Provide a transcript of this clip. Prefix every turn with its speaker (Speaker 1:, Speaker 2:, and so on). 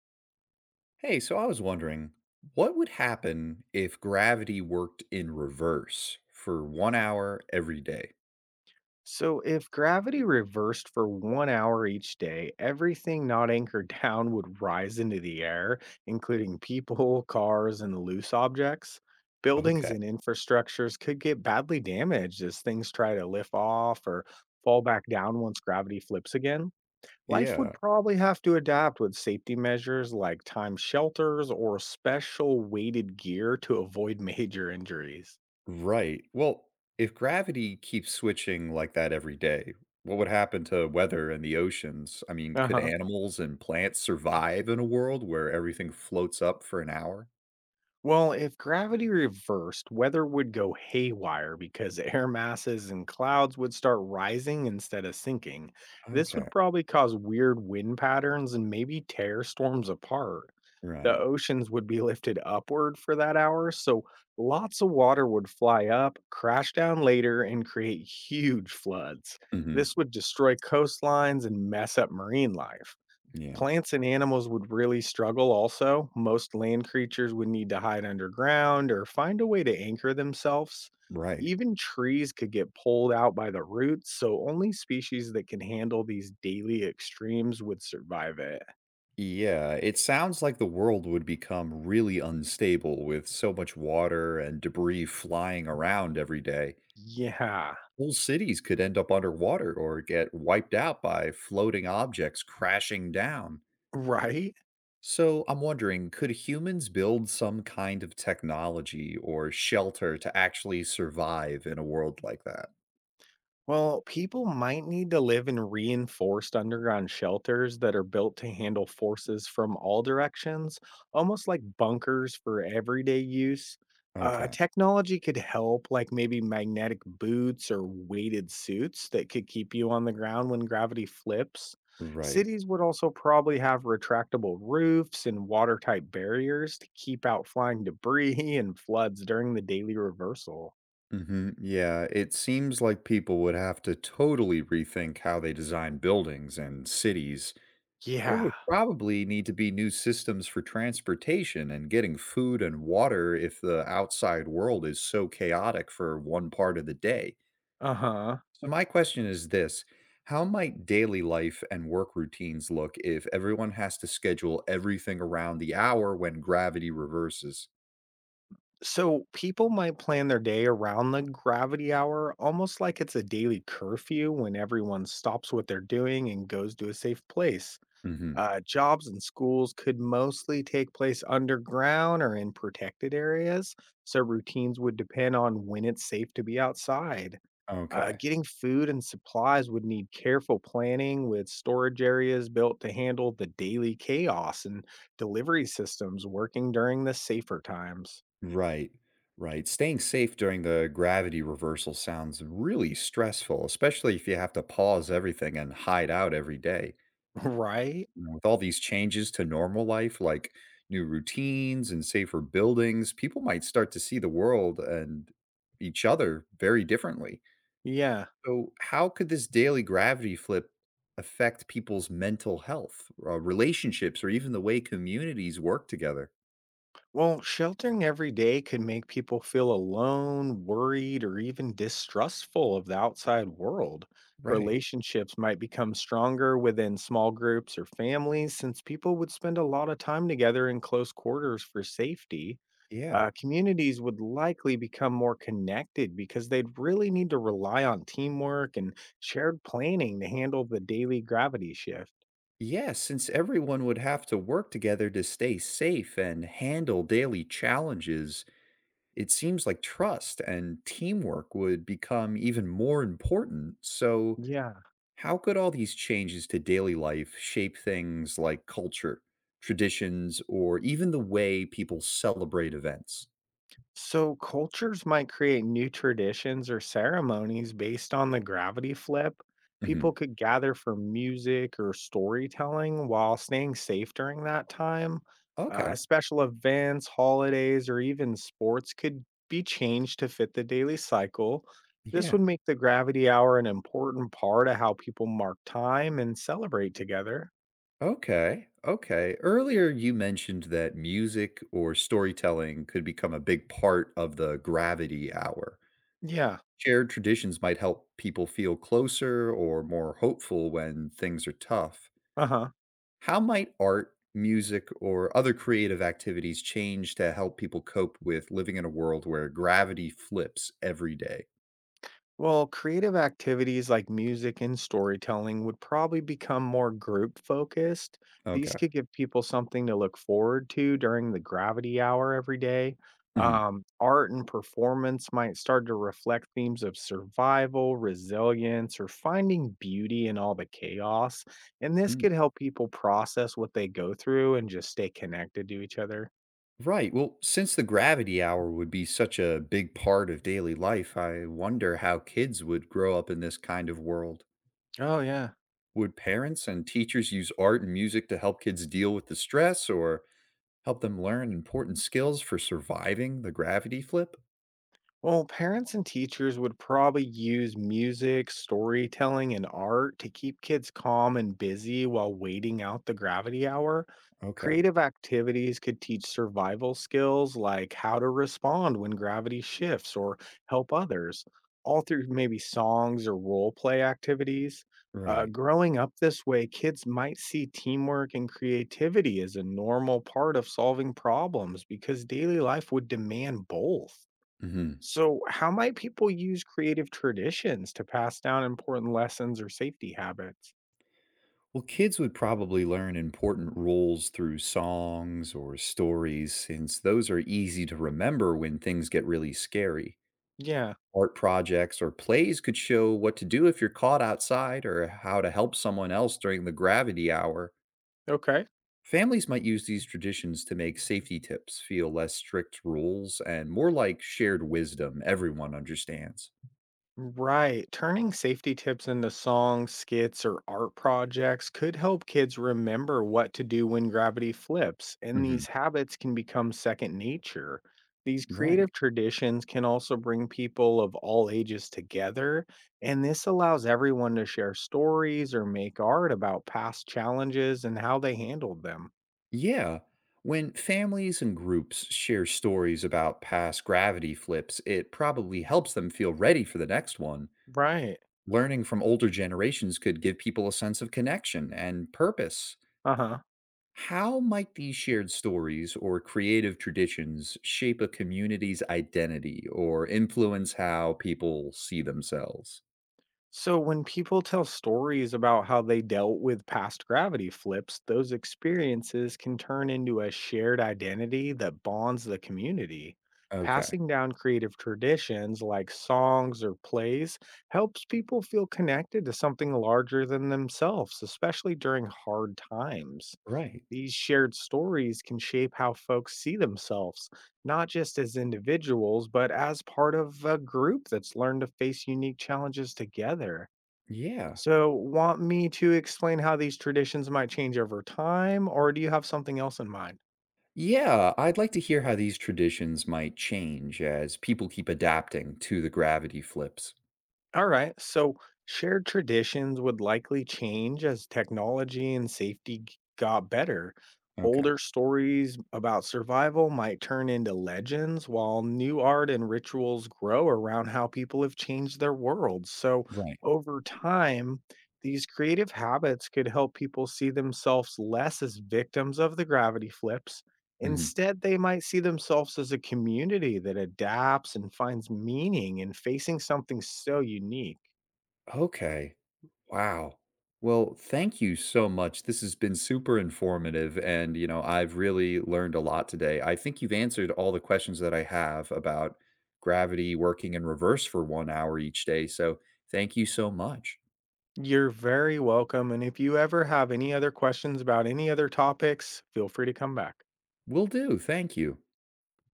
Speaker 1: Hey, so I was wondering, what would happen if gravity worked in reverse for 1 hour every day?
Speaker 2: So, if gravity reversed for one hour each day, everything not anchored down would rise into the air, including people, cars, and loose objects. Buildings
Speaker 1: Okay.
Speaker 2: and infrastructures could get badly damaged as things try to lift off or fall back down once gravity flips again. Life would
Speaker 1: Yeah.
Speaker 2: probably have to adapt with safety measures like time shelters or special weighted gear to avoid major injuries.
Speaker 1: Right. Well, if gravity keeps switching like that every day, what would happen to weather and the oceans? I mean,
Speaker 2: Uh
Speaker 1: could
Speaker 2: huh.
Speaker 1: animals and plants survive in a world where everything floats up for an hour?
Speaker 2: Well, if gravity reversed, weather would go haywire because air masses and clouds would start rising instead of sinking. This
Speaker 1: Okay.
Speaker 2: would probably cause weird wind patterns and maybe tear storms apart. The
Speaker 1: Right.
Speaker 2: oceans would be lifted upward for that hour, so lots of water would fly up, crash down later, and create huge floods.
Speaker 1: Hmm.
Speaker 2: This would destroy coastlines and mess up marine life.
Speaker 1: Yeah.
Speaker 2: Plants and animals would really struggle also. Most land creatures would need to hide underground or find a way to anchor themselves.
Speaker 1: Right.
Speaker 2: Even trees could get pulled out by the roots, so only species that can handle these daily extremes would survive it.
Speaker 1: Yeah, it sounds like the world would become really unstable with so much water and debris flying around every day.
Speaker 2: Yeah,
Speaker 1: Whole cities could end up underwater or get wiped out by floating objects crashing down.
Speaker 2: right?
Speaker 1: So I'm wondering, could humans build some kind of technology or shelter to actually survive in a world like that?
Speaker 2: Well, people might need to live in reinforced underground shelters that are built to handle forces from all directions, almost like bunkers for everyday use.
Speaker 1: Okay,
Speaker 2: Technology could help, like maybe magnetic boots or weighted suits that could keep you on the ground when gravity flips.
Speaker 1: right.
Speaker 2: Cities would also probably have retractable roofs and watertight barriers to keep out flying debris and floods during the daily reversal.
Speaker 1: Hmm. Yeah, it seems like people would have to totally rethink how they design buildings and cities. There would
Speaker 2: Yeah.
Speaker 1: probably need to be new systems for transportation and getting food and water if the outside world is so chaotic for one part of the day.
Speaker 2: Uh huh.
Speaker 1: So, my question is this: how might daily life and work routines look if everyone has to schedule everything around the hour when gravity reverses?
Speaker 2: So people might plan their day around the gravity hour almost like it's a daily curfew when everyone stops what they're doing and goes to a safe place.
Speaker 1: Hmm.
Speaker 2: Jobs and schools could mostly take place underground or in protected areas, so routines would depend on when it's safe to be outside.
Speaker 1: Okay.
Speaker 2: Getting food and supplies would need careful planning with storage areas built to handle the daily chaos and delivery systems working during the safer times.
Speaker 1: Right. Right. Staying safe during the gravity reversal sounds really stressful, especially if you have to pause everything and hide out every day.
Speaker 2: Right?
Speaker 1: With all these changes to normal life, like new routines and safer buildings, people might start to see the world and each other very differently.
Speaker 2: Yeah.
Speaker 1: So, how could this daily gravity flip affect people's mental health, relationships, or even the way communities work together?
Speaker 2: Well, sheltering every day can make people feel alone, worried, or even distrustful of the outside world.
Speaker 1: Right.
Speaker 2: Relationships might become stronger within small groups or families since people would spend a lot of time together in close quarters for safety.
Speaker 1: Yeah.
Speaker 2: Communities would likely become more connected because they'd really need to rely on teamwork and shared planning to handle the daily gravity shift.
Speaker 1: Yeah, since everyone would have to work together to stay safe and handle daily challenges, it seems like trust and teamwork would become even more important. So,
Speaker 2: Yeah.
Speaker 1: how could all these changes to daily life shape things like culture, traditions, or even the way people celebrate events?
Speaker 2: So, cultures might create new traditions or ceremonies based on the gravity flip. People
Speaker 1: Hmm.
Speaker 2: could gather for music or storytelling while staying safe during that time.
Speaker 1: Okay.
Speaker 2: Special events, holidays, or even sports could be changed to fit the daily cycle. This
Speaker 1: Yeah.
Speaker 2: would make the gravity hour an important part of how people mark time and celebrate together.
Speaker 1: Okay. Okay. Earlier, you mentioned that music or storytelling could become a big part of the gravity hour.
Speaker 2: Yeah.
Speaker 1: Shared traditions might help people feel closer or more hopeful when things are tough.
Speaker 2: Uh huh.
Speaker 1: How might art, music, or other creative activities change to help people cope with living in a world where gravity flips every day?
Speaker 2: Well, creative activities like music and storytelling would probably become more group focused. These
Speaker 1: Okay.
Speaker 2: could give people something to look forward to during the gravity hour every day.
Speaker 1: Mhm.
Speaker 2: Art and performance might start to reflect themes of survival, resilience, or finding beauty in all the chaos. And this
Speaker 1: Mm.
Speaker 2: could help people process what they go through and just stay connected to each other.
Speaker 1: Right. Well, since the gravity hour would be such a big part of daily life, I wonder how kids would grow up in this kind of world.
Speaker 2: Oh, yeah.
Speaker 1: Would parents and teachers use art and music to help kids deal with the stress or help them learn important skills for surviving the gravity flip?
Speaker 2: Well, parents and teachers would probably use music, storytelling, and art to keep kids calm and busy while waiting out the gravity hour.
Speaker 1: Okay.
Speaker 2: Creative activities could teach survival skills like how to respond when gravity shifts or help others, all through maybe songs or role play activities.
Speaker 1: Right.
Speaker 2: Growing up this way, kids might see teamwork and creativity as a normal part of solving problems because daily life would demand both.
Speaker 1: Mhm.
Speaker 2: So, how might people use creative traditions to pass down important lessons or safety habits?
Speaker 1: Well, kids would probably learn important rules through songs or stories, since those are easy to remember when things get really scary.
Speaker 2: Yeah.
Speaker 1: Art projects or plays could show what to do if you're caught outside or how to help someone else during the gravity hour.
Speaker 2: Okay.
Speaker 1: Families might use these traditions to make safety tips feel less strict rules and more like shared wisdom everyone understands.
Speaker 2: Right. Turning safety tips into songs, skits, or art projects could help kids remember what to do when gravity flips, and
Speaker 1: Hmm.
Speaker 2: these habits can become second nature. These
Speaker 1: Right.
Speaker 2: creative traditions can also bring people of all ages together, and this allows everyone to share stories or make art about past challenges and how they handled them.
Speaker 1: Yeah. When families and groups share stories about past gravity flips, it probably helps them feel ready for the next one.
Speaker 2: Right.
Speaker 1: Learning from older generations could give people a sense of connection and purpose.
Speaker 2: Uh-huh.
Speaker 1: How might these shared stories or creative traditions shape a community's identity or influence how people see themselves?
Speaker 2: So when people tell stories about how they dealt with past gravity flips, those experiences can turn into a shared identity that bonds the community.
Speaker 1: Okay.
Speaker 2: Passing down creative traditions like songs or plays helps people feel connected to something larger than themselves, especially during hard times.
Speaker 1: Right.
Speaker 2: These shared stories can shape how folks see themselves, not just as individuals, but as part of a group that's learned to face unique challenges together.
Speaker 1: Yeah.
Speaker 2: So, want me to explain how these traditions might change over time, or do you have something else in mind?
Speaker 1: Yeah, I'd like to hear how these traditions might change as people keep adapting to the gravity flips.
Speaker 2: All right. So shared traditions would likely change as technology and safety got better.
Speaker 1: Okay.
Speaker 2: Older stories about survival might turn into legends, while new art and rituals grow around how people have changed their worlds. So
Speaker 1: Right.
Speaker 2: over time, these creative habits could help people see themselves less as victims of the gravity flips.
Speaker 1: Hmm.
Speaker 2: Instead, they might see themselves as a community that adapts and finds meaning in facing something so unique.
Speaker 1: Okay. Wow. Well, thank you so much. This has been super informative and, you know, I've really learned a lot today. I think you've answered all the questions that I have about gravity working in reverse for 1 hour each day. So, thank you so much.
Speaker 2: You're very welcome. And if you ever have any other questions about any other topics, feel free to come back.
Speaker 1: Will do. Thank you.